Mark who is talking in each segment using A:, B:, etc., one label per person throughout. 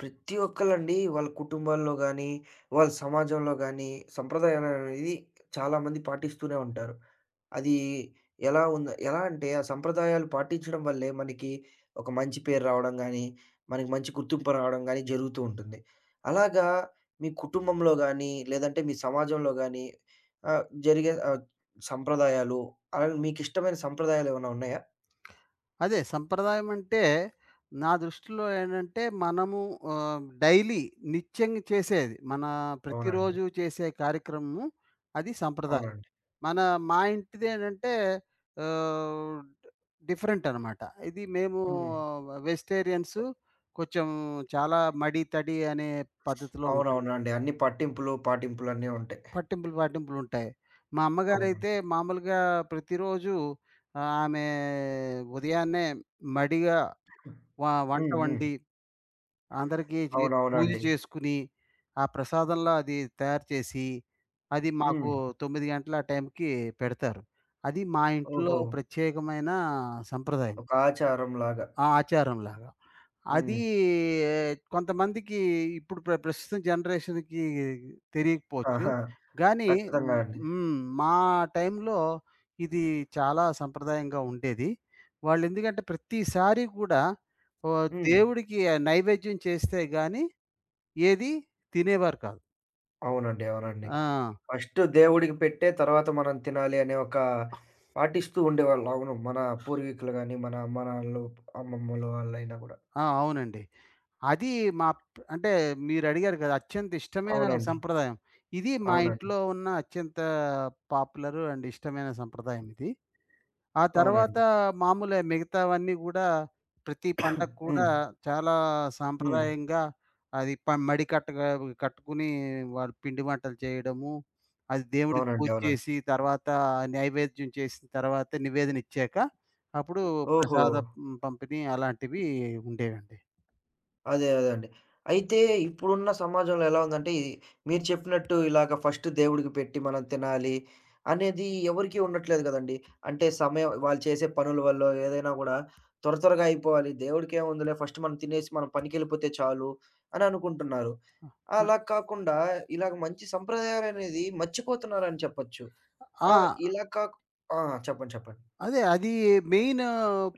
A: ప్రతి ఒక్కళ్ళండి వాళ్ళ కుటుంబాల్లో గానీ, వాళ్ళ సమాజంలో గానీ, సంప్రదాయాలనేది చాలామంది పాటిస్తూనే ఉంటారు. అది ఎలా అంటే ఆ సంప్రదాయాలు పాటించడం వల్లే మనకి ఒక మంచి పేరు రావడం గానీ, మనకి మంచి గుర్తింపు రావడం గానీ జరుగుతూ ఉంటుంది. అలాగా మీ కుటుంబంలో గానీ, లేదంటే మీ సమాజంలో గానీ జరిగే సంప్రదాయాలు అలాగే మీకిష్టమైన సంప్రదాయాలేమైనా ఉన్నాయా?
B: అదే సంప్రదాయం అంటే నా దృష్టిలో ఏంటంటే మనము డైలీ నిత్యంగా చేసేది. మన
A: అవునండి.
B: ప్రతిరోజు చేసే కార్యక్రమము అది సంప్రదాయం.
A: అవునండి.
B: మన మా ఇంటిదేంటంటే ఆహ్, డిఫరెంట్ అనమాట. ఇది మేము
A: హ్మ్.
B: వెజిటేరియన్సు, కొంచెం చాలా మడి, తడి అనే పద్ధతిలో ఉంటుంది.
A: అవునవునండి. అన్ని పట్టింపులు, పాటింపులన్నీ ఉంటాయి.
B: పట్టింపులు, పట్టింపులుంటాయి. మా అమ్మగారైతే
A: అవునండి.
B: మామూలుగా ప్రతిరోజు ఆమె ఉదయాన్నే మడిగా వంట
A: హ్మ్. హ్మ్.
B: వండి, అందరికీ చే పూజ
A: అవునవునండి.
B: చేసుకుని, ఆ ప్రసాదంలా అది తయారు చేసి, అది మాకు
A: హ్మ్.
B: 9 గంటల ఆ టైంకి పెడతారు. అది మా ఇంట్లో
A: ఓహో!
B: ప్రత్యేకమైన సంప్రదాయం.
A: ఒక ఆచారంలాగా.
B: ఆ! ఆచారంలాగా.
A: హ్మ్.
B: అది కొంతమందికి ఇప్పుడు ప్రస్తుతం జనరేషన్‌కి తెలియకపోవచ్చు.
A: ఆహా!
B: గానీ
A: ఖచ్చితంగా
B: హ్మ్.
A: అండి.
B: హ్మ్. మా టైంలో ఇది చాలా సంప్రదాయంగా ఉండేది. వాళ్ళెందుకంటే ప్రతిసారి కూడా
A: హ్మ్.
B: దేవుడికి నైవేద్యం చేస్తే గాని ఏది తినేవారు కాదు.
A: అవునండి. అవునండి.
B: ఆ!
A: ఫస్ట్ దేవుడికి పెట్టే తర్వాత మనం తినాలి అనే ఒక పాటిస్తూ ఉండేవాళ్ళు. అవును. మన పూర్వీకులు గాని, మన అమ్మ నాన్నలు, అమ్మమ్మల వాళ్ళైనా గూడా.
B: ఆ! అవునండి. అది మా ప్ అంటే మీరడిగారు కదా! అత్యంత ఇష్టమైన
A: అవునండి.
B: సంప్రదాయం. ఇది మా
A: అవునండి.
B: ఇంట్లో ఉన్న అత్యంత పాపులర్ అండ్ ఇష్టమైన సంప్రదాయం ఇది. ఆ తర్వాత
A: అవునండి.
B: మామూలే మిగతావన్నీ గూడా ప్రతి పండగ
A: హ్మ్.
B: కూడా చాలా
A: హ్మ్.
B: సాంప్రదాయంగా, అది మడి కట్టగా కట్టుకుని వాళ్ళు పిండి వంటలు చేయడము, అది దేవుడికి
A: అవునండి.
B: పూజ
A: అవునండి.
B: చేసి తర్వాత నైవేద్యం చేసిన తర్వాత నివేదన ఇచ్చాక అప్పుడు
A: ఓహో!
B: ప్రసాద పంపిణీ అలాంటివి ఉండేవండి.
A: అదే. అదే అండి. అయితే ఇప్పుడున్న సమాజంలో ఎలా ఉందంటే, ఈ మీరు చెప్పినట్టు ఇలాగ ఫస్ట్ దేవుడికి పెట్టి మనం తినాలి అనేది ఎవరికీ ఉండట్లేదు గదండీ. అంటే సమయం వాళ్ళు చేసే పనుల వల్లో ఏదైనా గూడా త్వరగా అయిపోవాలి. దేవుడికేముందిలే ఫస్ట్ మనం తినేసి మనం పనికెళ్ళిపోతే చాలు అని అనుకుంటున్నారు.
B: ఆ!
A: అలా కాకుండా ఇలాగ మంచి సంప్రదాయాలనేది మర్చిపోతున్నారని చెప్పొచ్చు.
B: ఆ!
A: ఆహ్, ఇలా కాకు ఆ! చెప్పండి. చెప్పండి.
B: అదే. అది మెయిన్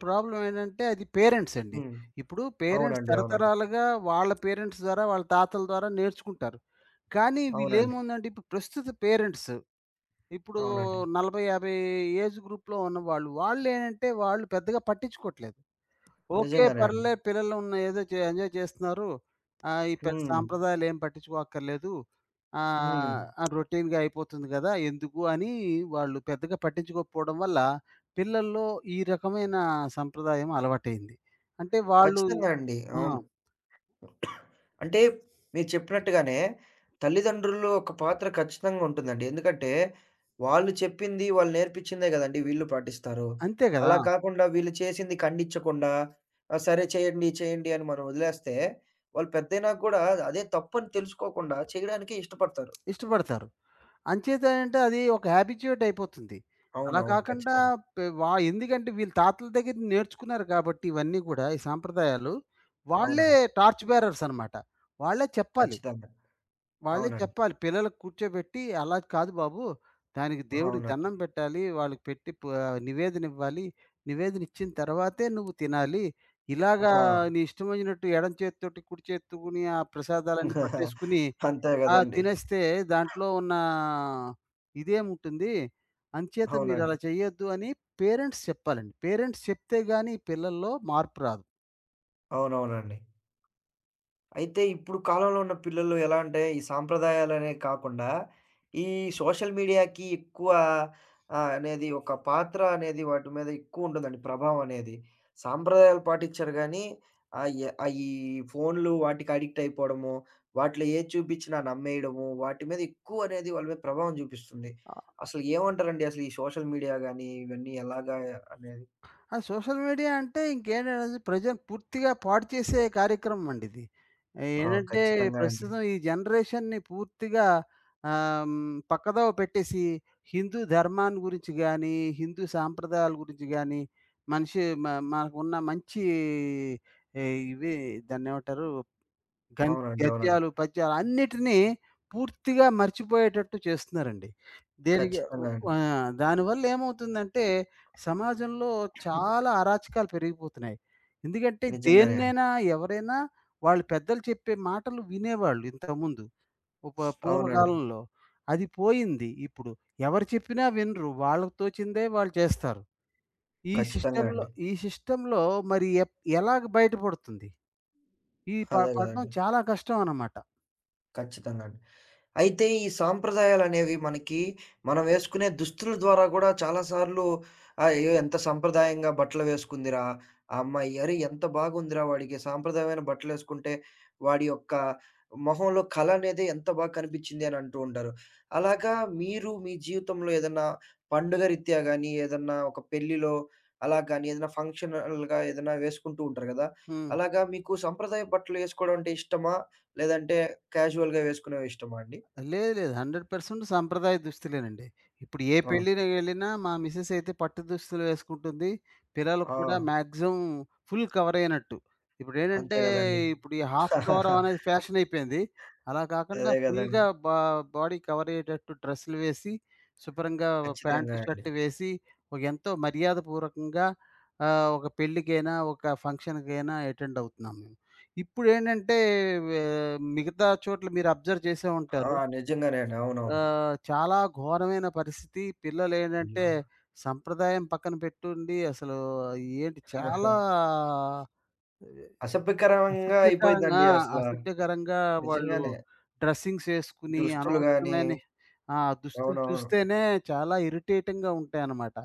B: ప్రాబ్లమ్ ఏంటంటే అది పేరెంట్స్ అండి.
A: హ్మ్.
B: ఇప్పుడు పేరెంట్స్
A: అవునండి. అవునండి.
B: తరతరాలుగా వాళ్ళ పేరెంట్స్ ద్వారా, వాళ్ళ తాతల ద్వారా నేర్చుకుంటారు. కానీ
A: అవునండి.
B: వీళ్ళేముందంటే ఇప్పుడు ప్రస్తుత పేరెంట్స్ ఇప్పుడు
A: అవునండి.
B: 40, 50 ఏజ్ గ్రూప్‌లో ఉన్నవాళ్ళు, వాళ్ళేంటంటే వాళ్ళు పెద్దగా పట్టించుకోవట్లేదు. ఓకే.
A: నిజంగానే అండి.
B: పర్లేదు పిల్లలు ఉన్న ఏదో చే ఎంజాయ్ చేస్తున్నారు. ఈ పెద్ద
A: హ్మ్.
B: సాంప్రదాయాలు ఏం పట్టించుకోక్కర్లేదు.
A: హ్మ్.
B: ఆహ్, ఆ! రొటీన్‌గా అయిపోతుంది గదా! ఎందుకు అని వాళ్ళు పెద్దగా పట్టించుకోకపోవడం వల్ల పిల్లల్లో ఈ రకమైన సంప్రదాయం అలవాటయింది. అంటే వాళ్ళు
A: ఖచ్చితంగా అండి.
B: ఆ!
A: అవును. అంటే మీరు చెప్పినట్టుగానే తల్లిదండ్రులు ఒక పాత్ర ఖచ్చితంగా ఉంటుందండి. ఎందుకంటే వాళ్ళు చెప్పింది, వాళ్ళు నేర్పించిందే గదండీ వీళ్ళు పాటిస్తారు.
B: అంతే గదా!
A: అలా కాకుండా వీళ్ళు చేసింది ఖండించకుండా సరే చేయండి, చేయండి అని మనం వదిలేస్తే వాళ్ళు పెద్దయినాక గూడా అదే తప్పని తెలుసుకోకుండా చేయడానికే ఇష్టపడతారు.
B: ఇష్టపడతారు. అంచేత అంటే అది ఒక హ్యాబిట్యూట్ అయిపోతుంది. అలా
A: అవునవును.
B: కాకుండా
A: ఖచ్చితంగా.
B: పె వా ఎందుకంటే వీళ్ళు తాతల దగ్గర నేర్చుకున్నారు కాబట్టి ఇవన్నీ కూడా ఈ సాంప్రదాయాలు. వాళ్ళే
A: అవునండి.
B: టార్చ్ బేరర్స్ అనమాట. వాళ్ళే చెప్పాలి.
A: ఖచ్చితంగా.
B: వాళ్ళే
A: అవునండి.
B: చెప్పాలి. పిల్లలకు కూర్చోబెట్టి అలా కాదు బాబు. దానికి దేవుడికి
A: అవునండి.
B: దండం పెట్టాలి. వాళ్ళకి పెట్టి నివేదన ఇవ్వాలి. నివేదన ఇచ్చిన తర్వాతే నువ్వు తినాలి. ఇలాగా
A: ఆ!
B: నీ ఇష్టం వచ్చినట్టు ఎడమ చేత్తోటి కుడి చేత్తోని ఆ ప్రసాదాలన్నీ పట్టేసుకొని
A: అంతే
B: ఆ!
A: గదండీ.
B: తినేస్తే దాంట్లో ఉన్న ఇదేముంటుంది. అంచేత
A: అవునండి.
B: మీరలా చేయొద్దు అని పేరెంట్స్ చెప్పాలండి. పేరెంట్స్ చెప్తే గాని పిల్లల్లో మార్పు రాదు.
A: అవునవునండి. అయితే ఇప్పుడు కాలంలో ఉన్న పిల్లలు ఎలా అంటే, ఈ సాంప్రదాయాలనే కాకుండా, ఈ సోషల్ మీడియాకి ఎక్కువ అనేది ఒక పాత్ర అనేది వాటి మీద ఎక్కువుంటుందండి ప్రభావం అనేది. సాంప్రదాయాలు పాటిచ్చరు గానీ, ఈ ఫోన్లు వాటికి అడిక్ట్ అయిపోవడము, వాటిలో ఏది చూపించినా నమ్మేయడము, వాటి మీద ఎక్కువ అనేది వాళ్ళ మీద ప్రభావం చూపిస్తుంది.
B: ఆహ్,
A: అసలు ఏమంటారండి అసలు ఈ సోషల్ మీడియా గానీ, ఇవన్నీ ఎలాగా అనేది?
B: ఆ సోషల్ మీడియా అంటే ఇంకేంటంటే ప్రజలు పూర్తిగా పాడు చేసే కార్యక్రమం అండి ఇది.
A: ఆ!
B: ఏంటంటే
A: ఖచ్చితంగా అండి.
B: ప్రస్తుతం ఈ జనరేషన్‌ని పూర్తిగా పక్కదోవ పెట్టేసి హిందూ ధర్మాన్ని గురించి గాని, హిందూ సాంప్రదాయాల గురించి గాని, మనిషి మ మనకున్న మంచి ఇవి దాన్నేమంటారు గన్
A: అవునండి. అవునండి.
B: గద్యాలు, పద్యాలు అన్నిటిని పూర్తిగా మర్చిపోయేటట్టు చేస్తున్నారండి. దేనికి ఉ
A: ఖచ్చితంగా అండి.
B: ఆ! దానివల్ల ఏమవుతుందంటే సమాజంలో చాలా అరాచకాలు పెరిగిపోతున్నాయి. ఎందుకంటే
A: నిజంగానే అండి.
B: దేన్నైనా, ఎవరైనా వాళ్ళు పెద్దలు చెప్పే మాటలు వినేవాళ్ళు ఇంతకుముందు. ఉప
A: అవునండి.
B: పూర్వకాలంలో. అది పోయింది ఇప్పుడు. ఎవరు చెప్పినా వినరు. వాళ్ళకి తోచిందే వాళ్ళు చేస్తారు. ఈ
A: ఖచ్చితంగా
B: సిస్టమ్‌లో
A: అండి.
B: ఈ సిస్టమ్‌లో మరి ఎలాగ బయటపడుతుంది? ఈ ప
A: అదే
B: పడడం
A: గదండీ!
B: చాలా కష్టం అన్నమాట.
A: ఖచ్చితంగా అండి. అయితే ఈ సాంప్రదాయాలనేవి మనకి మనం వేసుకునే దుస్తుల ద్వారా గూడా చాలా సార్లు "అయ్యో! ఎంత సంప్రదాయంగా బట్టలు వేసుకుందిరా ఆ అమ్మాయి. అరే! ఎంత బాగుందిరా వాడికి సాంప్రదాయమైన బట్టలేసుకుంటే వాడి యొక్క మొహంలో కళ అనేది ఎంత బాగా కనిపించింది" అని అంటూ ఉంటారు. అలాగా మీరు మీ జీవితంలో ఏదన్నా పండుగ రీత్యా గానీ, ఏదన్నా ఒక పెళ్లిలో అలా గానీ, ఏదైనా ఫంక్షనల్‌గా ఏదైనా వేసుకుంటూ ఉంటారు గదా!
B: హ్మ్.
A: అలాగా మీకు సంప్రదాయ బట్టలు ఏసుకోవడం అంటే ఇష్టమా? లేదంటే క్యాజువల్‌గా వేసుకునేవి ఇష్టమా అండి?
B: లేదు, లేదు. 100% సాంప్రదాయ దుస్తులేనండి. ఇప్పుడు ఏ
A: ఆ!
B: పెళ్ళికి వెళ్ళినా మా మిసెస్ అయితే పట్టు దుస్తులు వేసుకుంటుంది. పిల్లలకు
A: ఆ!
B: కూడా మాక్సిమం ఫుల్ కవర్ అయినట్టు. ఇప్పుడేంటంటే
A: అంతే గదండీ.
B: ఇప్పుడు ఈ హాఫ్ కవర్ అనేది ఫ్యాషన్ అయిపోయింది. అలా కాకుండా
A: అదే గదండీ.
B: ఫుల్‌గా బా బాడీ కవర్ అయ్యేటట్టు డ్రెస్సులు వేసి, శుభ్రంగా ప్యాంట్,
A: ఖచ్చితంగా అండి.
B: షర్ట్ వేసి, ఒక ఎంతో మర్యాదపూర్వకంగా ఒక పెళ్ళికైనా, ఒక ఫంక్షన్‌కైనా అటెండ్ అవుతున్నాం మేము. ఇప్పుడేంటంటే వే మిగతా చోట్ల మీరు అబ్జర్వ్ చేసే
A: ఆ!
B: ఉంటారు.
A: నిజంగానే అండి. అవునవును.
B: చాలా ఘోరమైన పరిస్థితి. పిల్లలేంటంటే
A: అయ్యో!
B: సంప్రదాయం పక్కన పెట్టుండి అసలు ఏంటి చాలా
A: అసభ్యకరంగా
B: అసభ్యకరంగా,
A: అయిపోయిందండి అసల.
B: అసభ్యకరంగా వాళ్ళు
A: నిజంగానే.
B: డ్రెస్సింగ్స్ యేసుకుని
A: దుస్తులు గాని
B: అనవసరమైన ఆ! దుస్తులు
A: అవునవును.
B: చూస్తేనే చాలా ఇరిటేటింగ్‌గా ఉంటాయన్నమాట.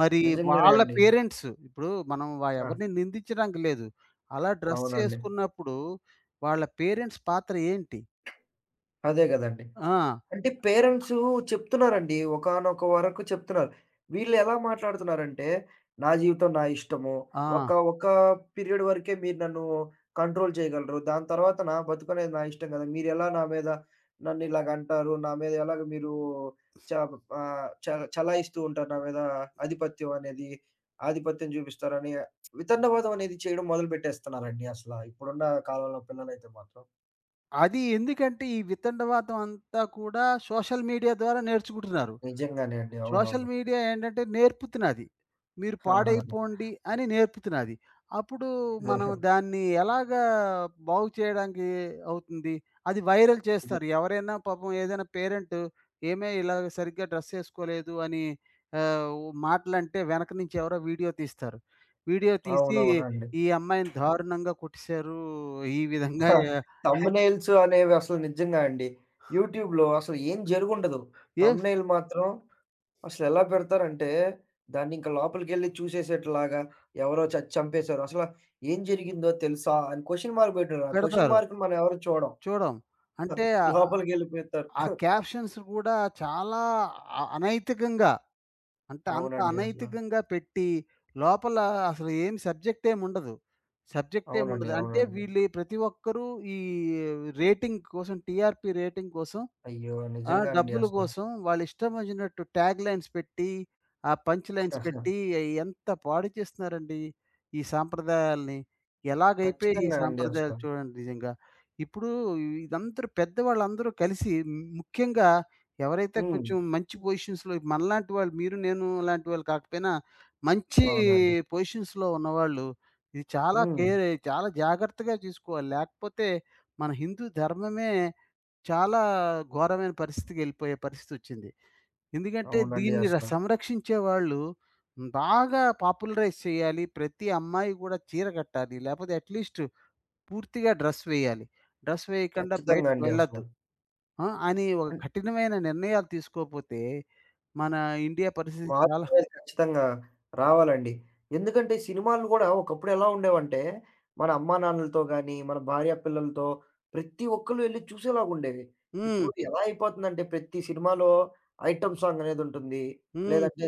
B: మరి
A: నిజంగానే
B: వాళ్ళ
A: అండి.
B: పేరెంట్స్ ఇప్పుడు మనం వ
A: ఆ!
B: ఎవరిని నిందించడానికి లేదు. అలా డ్రెస్
A: అవునండి.
B: చేసుకున్నప్పుడు వాళ్ళ పేరెంట్స్ పాత్ర ఏంటి?
A: అదే గదండీ.
B: ఆ!
A: అంటే పేరెంట్సు చెప్తున్నారండి. ఒకానొక వరకు చెప్తున్నారు. వీళ్ళెలా మాట్లాడుతున్నారంటే, "నా జీవితం నా ఇష్టము.
B: ఆ!
A: ఒక ఒక పీరియడ్ వరకే మీరు నన్ను కంట్రోల్ చేయగలరు. దాని తర్వాత నా బతుకనేది నా ఇష్టం కదా! మీరెలా నా మీద నన్నిలాగంటారు? నా మీద ఎలాగ మీరు చ ఆహ్, చ చలాయిస్తూ ఉంటారు నా మీద ఆధిపత్యం అనేది, ఆధిపత్యం చూపిస్తారని" వితండవాదం అనేది చేయడం మొదలుపెట్టేస్తున్నారండి అసల. ఇప్పుడున్న కాలంలో పిల్లలైతే మాత్రం.
B: అది ఎందుకంటే ఈ వితండవాదం అంతా కూడా సోషల్ మీడియా ద్వారా నేర్చుకుంటున్నారు.
A: నిజంగానే అండి.
B: సోషల్
A: అవునవును.
B: మీడియా ఏంటంటే నేర్పుతున్నది. మీరు అవును, పాడైపోండి అని నేర్పుతున్నది. అప్పుడు
A: ఆహాహా!
B: మనం
A: అదే.
B: దాన్ని ఎలాగా బాగు చేయడానికి అవుతుంది? అది వైరల్ చేస్తారు. ఎవరైనా పాపం ఏదైనా పేరెంట్ ఏమే ఇలాగ సరిగ్గా డ్రెస్ ఏసుకోలేదు అని ఆహ్, మాటలంటే వెనక నుంచి ఎవరో వీడియో తీస్తారు. వీడియో తీసి
A: అవునవునండి.
B: ఈ అమ్మాయిని దారుణంగా కొట్టేశారు. ఈ విధంగా ఏ
A: థంబ్‌నెయిల్స్ అనేవి అసలు నిజంగా అండి. యూట్యూబ్‌లో అసలు ఏం జరుగుండదు.
B: ఏం
A: థంబ్‌నెయిల్ మాత్రం అసలెలా పెడతారంటే, దాన్నింక లోపలికెళ్లి చూసేసేట్లాగా ఎవరో చచ్చి చంపేశారు. అసల ఏం జరిగిందో తెలుసా? అని క్వెషన్ మార్క్ బెట్టారు. ఆ క్వెషన్
B: పెడతారు.
A: మార్క్‌ని మనం ఎవరు చూడం.
B: చూడం. అంటే
A: లోపలికెళ్ళిపోతారు.
B: ఆ క్యాప్షన్స్ గూడా చాలా అనైతికంగా, అంటే అంత
A: అవునండి అసల.
B: అనైతికంగా పెట్టి, లోపల అసలు ఏం సబ్జెక్ట్ ఏముండదు. సబ్జెక్ట్
A: అవునండి.
B: ఏముండదు. అంటే
A: అవునండి.
B: వీళ్ళు ప్రతి ఒక్కరు ఈ రేటింగ్ కోసం, టీఆర్‌పీ రేటింగ్ కోసం,
A: అయ్యో!
B: ఆ!
A: నిజంగా అండి
B: డబ్బుల
A: అసల.
B: కోసం వాళ్ళిష్టం ఒచ్చినట్టు ట్యాగ్ లైన్స్ పెట్టి, ఆ పంచ్ లైన్స్ పెట్టి ఎంత పాడు చేస్తున్నారండి ఈ సాంప్రదాయాల్ని. ఎలాగైపోయాయి ఈ
A: ఖచ్చితంగా అండి
B: సాంప్రదాయాలు
A: అసల.
B: చూడండి నిజంగా. ఇప్పుడు ఇదంతరు పెద్దవాళ్ళందరూ కలిసి ముఖ్యంగా ఎవరైతే
A: హ్మ్.
B: కొంచెం మంచి పొజిషన్స్‌లో, మనలాంటి వాళ్ళు, మీరు నేను లాంటి వాళ్ళు కాకపోయినా మంచి
A: అవునండి.
B: పొజిషన్స్‌లో ఉన్నవాళ్ళు ఇది చాలా
A: హ్మ్.
B: కేర్, చాలా జాగ్రత్తగా చూసుకోవాలి. లేకపోతే మన హిందూ ధర్మమే చాలా ఘోరమైన పరిస్థితికెళ్ళిపోయే పరిస్థితొచ్చింది. ఎందుకంటే
A: అవునండి
B: దీన్ని
A: అసల.
B: సంరక్షించే వాళ్ళు బాగా పాపులరైజ్ చేయాలి. ప్రతి అమ్మాయి గూడా చీర కట్టాలి. లేపోతే అట్‌లీస్ట్ పూర్తిగా డ్రెస్ వేయాలి. డ్రెస్ వేయకుండా
A: ఖచ్చితంగా
B: బయటికి
A: అండి అసల.
B: వెళ్ళొద్దు. ఆ! అని ఒక
A: హ్మ్.
B: కఠినమైన నిర్ణయాలు తీసుకోపోతే మన ఇండియా పరిస్థితి చాలా
A: మార్పునేది ఖచ్చితంగా రావాలండి. ఎందుకంటే, సినిమాలు గూడా ఒకప్పుడు ఎలా ఉండేవంటే, మన అమ్మానాన్నలతో గానీ, మన భార్య పిల్లలతో ప్రతి ఒక్కళ్ళు ఎళ్లి చూసేలాగుండేవి.
B: హ్మ్.
A: ఇప్పుడు ఎలా అయిపోతుందంటే, ప్రతి సినిమాలో ఐటెమ్ సాంగ్ అనేదుంటుంది.
B: హ్మ్.
A: లేదంటే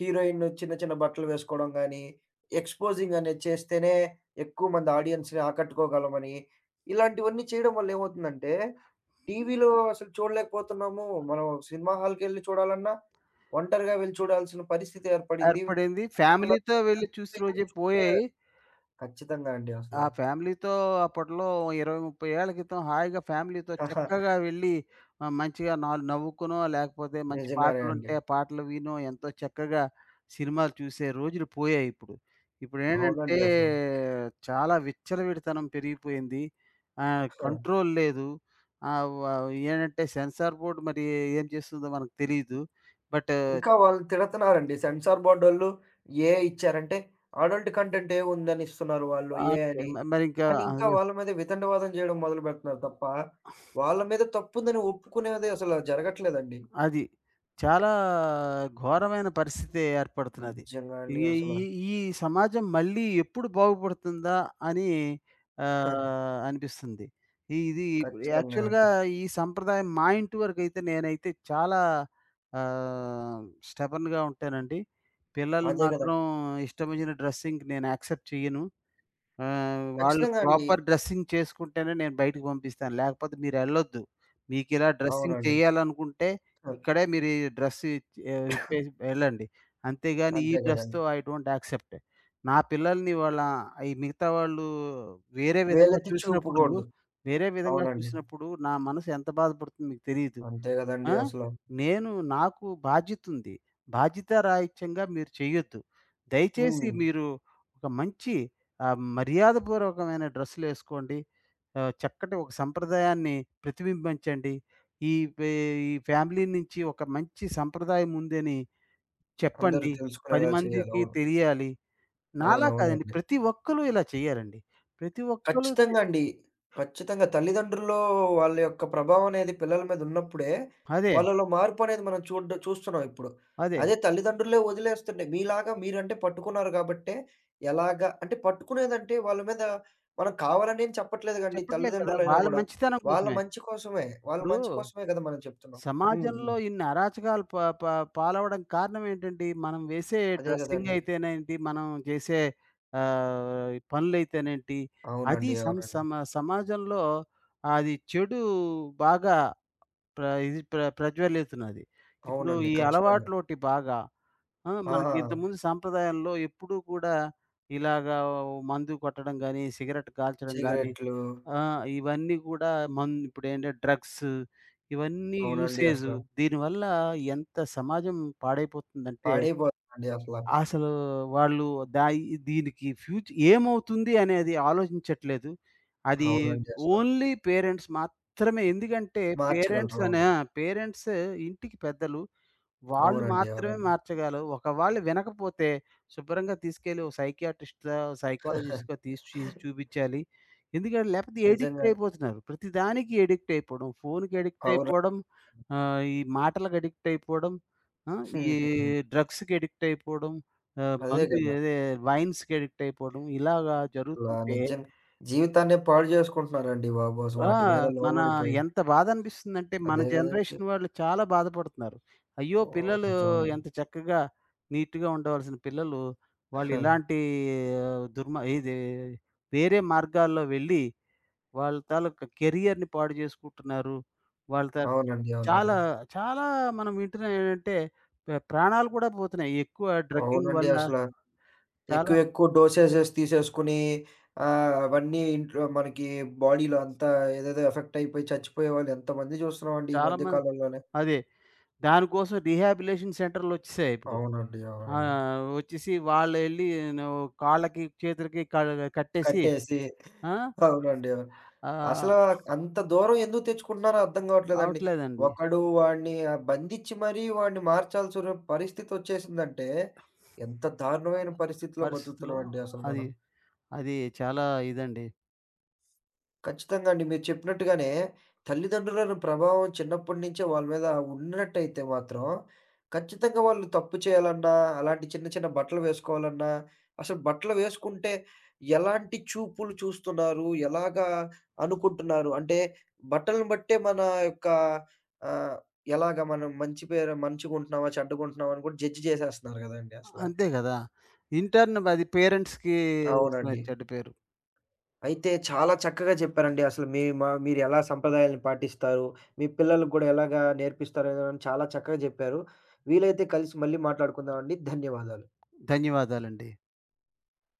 A: హీరోయిన్ చిన్న చిన్న బట్టలు వేసుకోవడం గానీ, ఎక్స్‌పోజింగ్ అనేది చేస్తేనే ఎక్కువ మంది ఆడియన్స్‌ని ఆకట్టుకోగలమని, ఇలాంటివన్నీ చేయడం వల్ల ఏమవుతుందంటే, టీవీలో అసలు చూడలేకపోతున్నాము. మనం సినిమా హాల్‌కెళ్లి చూడాలన్నా ఒంటరిగా వెళ్లి చూడాల్సిన పరిస్థితి ఏర్పడింది.
B: ఏర్పడింది.
A: అసలు వాళ్ళ
B: ఫ్యామిలీతో వెళ్లి చూసి
A: తల్లిదండ్రులు
B: రోజే
A: చూసే
B: పోయాయి.
A: ఖచ్చితంగా అండి అసల.
B: ఆ ఫ్యామిలీతో అప్పట్లో 20, 30 ఏళ్ల క్రితం హాయిగా ఫ్యామిలీతో చక్కగా వెళ్ళి మంచిగా నవ్వుకునో, లేకపోతే మంచి
A: నిజంగానే అండి.
B: పాటలుంటే పాటలు వినో, ఎంతో చక్కగా సినిమాలు చూసే రోజులు పోయాయి ఇప్పుడు. ఇప్పుడేంటంటే
A: అవునండి అసలు.
B: చాలా విచ్చలవిడితనం పెరిగిపోయింది.
A: ఆ!
B: కంట్రోల్ లేదు. ఆహ్, వ ఏంటంటే సెన్సార్ బోర్డ్ మరి ఏం చేస్తుందో మనకు తెలీదు. బట్
A: ఇంకా వాళ్ళు తిడతన్నారండి. సెన్సార్ బోర్డోళ్ళు ఇచ్చారంటే, అడల్ట్ కంటెంట్ ఏముందని ఇస్తున్నారు వాళ్ళు
B: ఆహ్,
A: అని.
B: మరింకా
A: అని ఇంకా
B: అదే
A: వాళ్ళ మీద వితండవాదం చేయడం మొదలుపెడుతున్నారు తప్ప, వాళ్ళ మీద తప్పుందని ఒప్పుకునేది అసల జరగట్లేదండి.
B: అది. చాలా ఘోరమైన పరిస్థితి ఏర్పడుతున్నది.
A: నిజంగా
B: ఈ
A: అండి అసల.
B: ఈ ఈ సమాజం మళ్ళీ ఎప్పుడు బాగుపడుతుందా అని అనిపిస్తుంది. ఇది
A: ఖచ్చితంగా
B: యాక్చువల్‌గా
A: అండి.
B: ఈ సంప్రదాయం మా ఇంటి వరకైతే నేనైతే చాలా ఆహ్, స్టెబర్న్‌గా ఉంటానండి. పిల్లలు
A: అదే
B: మాత్రం
A: గదండి.
B: ఇష్టమొచ్చిన డ్రెస్సింగ్‌కి నేను యాక్సెప్ట్ చెయ్యను. వాళ్ళు
A: ఖచ్చితంగా అండి.
B: ప్రాపర్ డ్రెస్సింగ్ చేసుకుంటేనే నేను బయటికి పంపిస్తాను. లేకపోతే మీరెళ్ళొద్దు. మీకిలా డ్రెస్సింగ్
A: అవునండి.
B: చేయాలనుకుంటే
A: ఆ!
B: ఇక్కడే మీరు ఈ ఇప్పేసి వెళ్ళండి. అంతేగాని ఈ
A: అంతే గదండీ.
B: డ్రెస్‌తో ఐ డోంట్ యాక్సెప్ట్. నా పిల్లల్ని వాళ్ళ ఈ మిగతా వాళ్ళు వేరే విధంగా
A: వేలెత్తి
B: చూసినప్పుడు
A: చూపకూడదు.
B: వేరే విధంగా
A: అవునండి.
B: చూసినప్పుడు నా మనసు ఎంత బాధపడుతుందో మీకు తెలీదు.
A: అంతే గదండీ
B: ఆ!
A: అసలు.
B: నేను నాకు బాధ్యతుంది. బాధ్యతారాహిత్యంగా మీరు చేయొద్దు. దయచేసి
A: హ్మ్.
B: మీరు ఒక మంచి మర్యాదపూర్వకమైన డ్రెస్సులేసుకోండి. చక్కటి ఒక సంప్రదాయాన్ని ప్రతిబింబించండి. ఈ పే ఈ ఫ్యామిలీ నుంచి ఒక మంచి సంప్రదాయం ఉందని
A: అందరూ
B: చెప్పండి. 10
A: తెలుసుకునేలా చేయాలి.
B: మందికి
A: అవును.
B: తెలియాలి. నాలా కాదండి.
A: అవునవునండి.
B: ప్రతి ఒక్కళ్ళు ఇలా చేయాలండి. ప్రతి ఒక్కళ్ళు చే
A: ఖచ్చితంగా అండి. ఖచ్చితంగా తల్లిదండ్రుల్లో వాళ్ళ యొక్క ప్రభావం అనేది పిల్లల మీద ఉన్నప్పుడే,
B: అదే.
A: వాళ్ళలో మార్పు అనేది మనం చూస్తున్నాం ఇప్పుడు.
B: అదే.
A: అదే తల్లిదండ్రులే వదిలేస్తుంటే, మీలాగా మీరంటే పట్టుకున్నారు గాబట్టే, ఎలాగా అంటే పట్టుకునేదంటే వాళ్ళ మీద మనం కావాలని ఏం చెప్పట్లేదు గండి
B: చెప్పట్లేదు కదా!
A: తల్లిదండ్రులైనా
B: వాళ్ళ
A: గూడా.
B: మంచితనం
A: వాళ్ళ
B: కోసమే.
A: మంచి కోసమే. వాళ్ళ
B: ఇప్పుడు
A: మంచి కోసమే గదా! మనం చెప్తున్నాం. హ్మ్.
B: సమాజంలో
A: హ్మ్.
B: ఇన్ని అరాచకాలు ప ప పాలవ్వడానికి కారణం ఏంటండి? మనం వేసే
A: అదే
B: డ్రెస్సింగ్
A: గదండీ.
B: అయితేనేంటి, మనం చేసే పనులైతేనేంటి, అది
A: అవునండి.
B: సం
A: అవునండి.
B: సమ సమాజంలో అది చెడు బాగా ప్ర ఇది ప్ర ప్రజ్వలితున్నది. ఇప్పుడు
A: అవునండి.
B: ఈ
A: ఖచ్చితంగా.
B: అలవాట్లోటి బాగా ఆ! మనకి
A: ఆ!
B: ఇంతకుముందు సాంప్రదాయాల్లో ఎప్పుడూ కూడా ఇలాగా మందు కొట్టడం గానీ, సిగరెట్ కాల్చడం గానీ
A: సిగరెట్లు.
B: ఆ! ఇవన్నీ కూడా ఇప్పుడేంటే డ్రగ్స్, ఇవన్నీ
A: అవునండి
B: యూసేజు.
A: అసల.
B: దీనివల్ల ఎంత సమాజం పాడైపోతుందంటే,
A: పాడైపోతుందండి అసల.
B: అసలు వాళ్ళు దాయి దీనికి ఫ్యూచ్ ఏమవుతుంది అనేది ఆలోచించట్లేదు. అది
A: అవునండి అసల.
B: ఓన్లీ పేరెంట్స్ మాత్రమే. ఎందుకంటే పేరెంట్స్
A: మార్చగలరు.
B: అనే
A: అవును.
B: ఆ! పేరెంట్స్ ఇంటికి పెద్దలు. వాళ్ళు
A: అవునండి.
B: మాత్రమే
A: అవునండి.
B: మార్చగలరు. ఒకవేళ వినకపోతే శుభ్రంగా తీసుకెళ్ళి ఒక సైకియాట్రిస్ట్‌లో, సైకాలజిస్ట్‌కో తీసి చూపించాలి. ఎందుకంటే లేకపోతే ఎడిక్ట్
A: నిజంగా.
B: అయిపోతున్నారు. ప్రతిదానికి ఎడిక్ట్ అయిపోవడం. ఫోన్‌కి ఎడిక్ట్
A: అవును.
B: అయిపోవడం, ఈ మాటలకు ఎడిక్ట్ అయిపోవడం, ఆ! ఈ
A: హుహుహు.
B: డ్రగ్స్‌కి ఎడిక్ట్ అయిపోవడం,
A: అదే
B: మందు
A: గదా!
B: అదే వైన్స్‌కి ఎడిక్ట్ అయిపోవడం ఇలాగా
A: అసల
B: జరుగుతుంటే
A: నిజం. జీవితాన్నే పాడు జేసుకుంటున్నారండి బాబు అసల
B: ఆ!
A: వాటి మీద
B: మన
A: లోబడిపోయి.
B: ఎంత బాధనిపిస్తుందంటే, మన
A: అదే గదండీ!
B: జనరేషన్ వాళ్ళు చాలా బాధపడుతున్నారు. అయ్యో!
A: ఓహ్!
B: పిల్లలు
A: నిజమండి.
B: ఎంత చక్కగా, నీట్‌గా ఉండవలసిన పిల్లలు, వాళ్ళు
A: హ!
B: ఇలాంటి దుర్మ ఇది వేరే మార్గాల్లో వెళ్ళి, వాళ్ళ తాలూకా కెరియర్‌ని పాడు జేసుకుంటున్నారు. వాళ్ళ తా
A: అవునండి.
B: చాలా,
A: అవునండి.
B: చాలా మనం వింటున్నాం ఏంటంటే, ప్రాణాలు కూడా పోతున్నాయి. ఎక్కువ డ్రగ్గింగ్
A: అవునండి
B: వల్ల
A: అసల.
B: చాలా,
A: ఎక్కువ ఎక్కువ డోసేసెస్ తీసేసుకుని అవన్నీ ఇంట్లో మనకి బాడీలో అంతా ఏదేదో ఎఫెక్ట్ అయిపోయి చచ్చిపోయే వాళ్ళు ఎంతమంది చూస్తున్నామండి ఈ
B: చాలా
A: మధ్య
B: మంది
A: కాలంలోనే.
B: అదే. దానికోసం రీహాబిలేషన్ సెంటర్‌లొచ్చేసాయి ఇప్పుడు.
A: అవునండి.
B: ఆ!
A: అవునండి.
B: వచ్చేసి వాళ్ళెళ్ళి ను కాళ్ళకి, చేతులకి కట్టేసి
A: కట్టేసి
B: ఆ!
A: అవునండి. అవును. అసల
B: ఆహ్,
A: అంత దూరం ఎందుకు తెచ్చుకుంటున్నారో అర్థం కావట్లేదండి.
B: అవట్లేదండి.
A: ఒకడు వాడిని బంధించి మరీ వాడిని మార్చాల్సిన పరిస్థితి వచ్చేసిందంటే ఎంత దారుణమైన పరిస్థితిలో
B: పరిస్థితిలో
A: బతుకుతున్నామండి అసలు
B: అది,
A: మనం.
B: అది చాలా ఇదండి.
A: ఖచ్చితంగా అండి. మీరు చెప్పినట్టుగానే తల్లిదండ్రులను ప్రభావం చిన్నప్పటి నుంచే వాళ్ళ మీద ఉన్నట్టయితే మాత్రం, ఖచ్చితంగా వాళ్ళు తప్పు చేయాలన్నా, అలాంటి చిన్న చిన్న బట్టలు వేసుకోవాలన్నా, అసలు బట్టలు వేసుకుంటే ఎలాంటి చూపులు చూస్తున్నారు? ఎలాగా అనుకుంటున్నారు? అంటే బట్టలను బట్టే మన యొక్క ఆహ్, ఎలాగా మనం మంచి పేరు మంచిగుంటున్నామా? చెడ్డగుంటున్నామా? అని కూడా జడ్జ్ చేసేస్తున్నారు గదండీ అసల.
B: అంతే గదా! ఇంటర్న్ అది పేరెంట్స్‌కి వస్తున్న
A: అవునండి.
B: చెడ్డ పేరు.
A: అయితే చాలా చక్కగా చెప్పారండి. అసలు మీ మా మీరెలా సంప్రదాయాలను పాటిస్తారు? మీ పిల్లలకి గూడా ఎలాగా నేర్పిస్తారు అని చాలా చక్కగా జెప్పారు. వీలైతే కలిసి మళ్ళీ మాట్లాడుకుందామండి. ధన్యవాదాలు.
B: ధన్యవాదాలండి.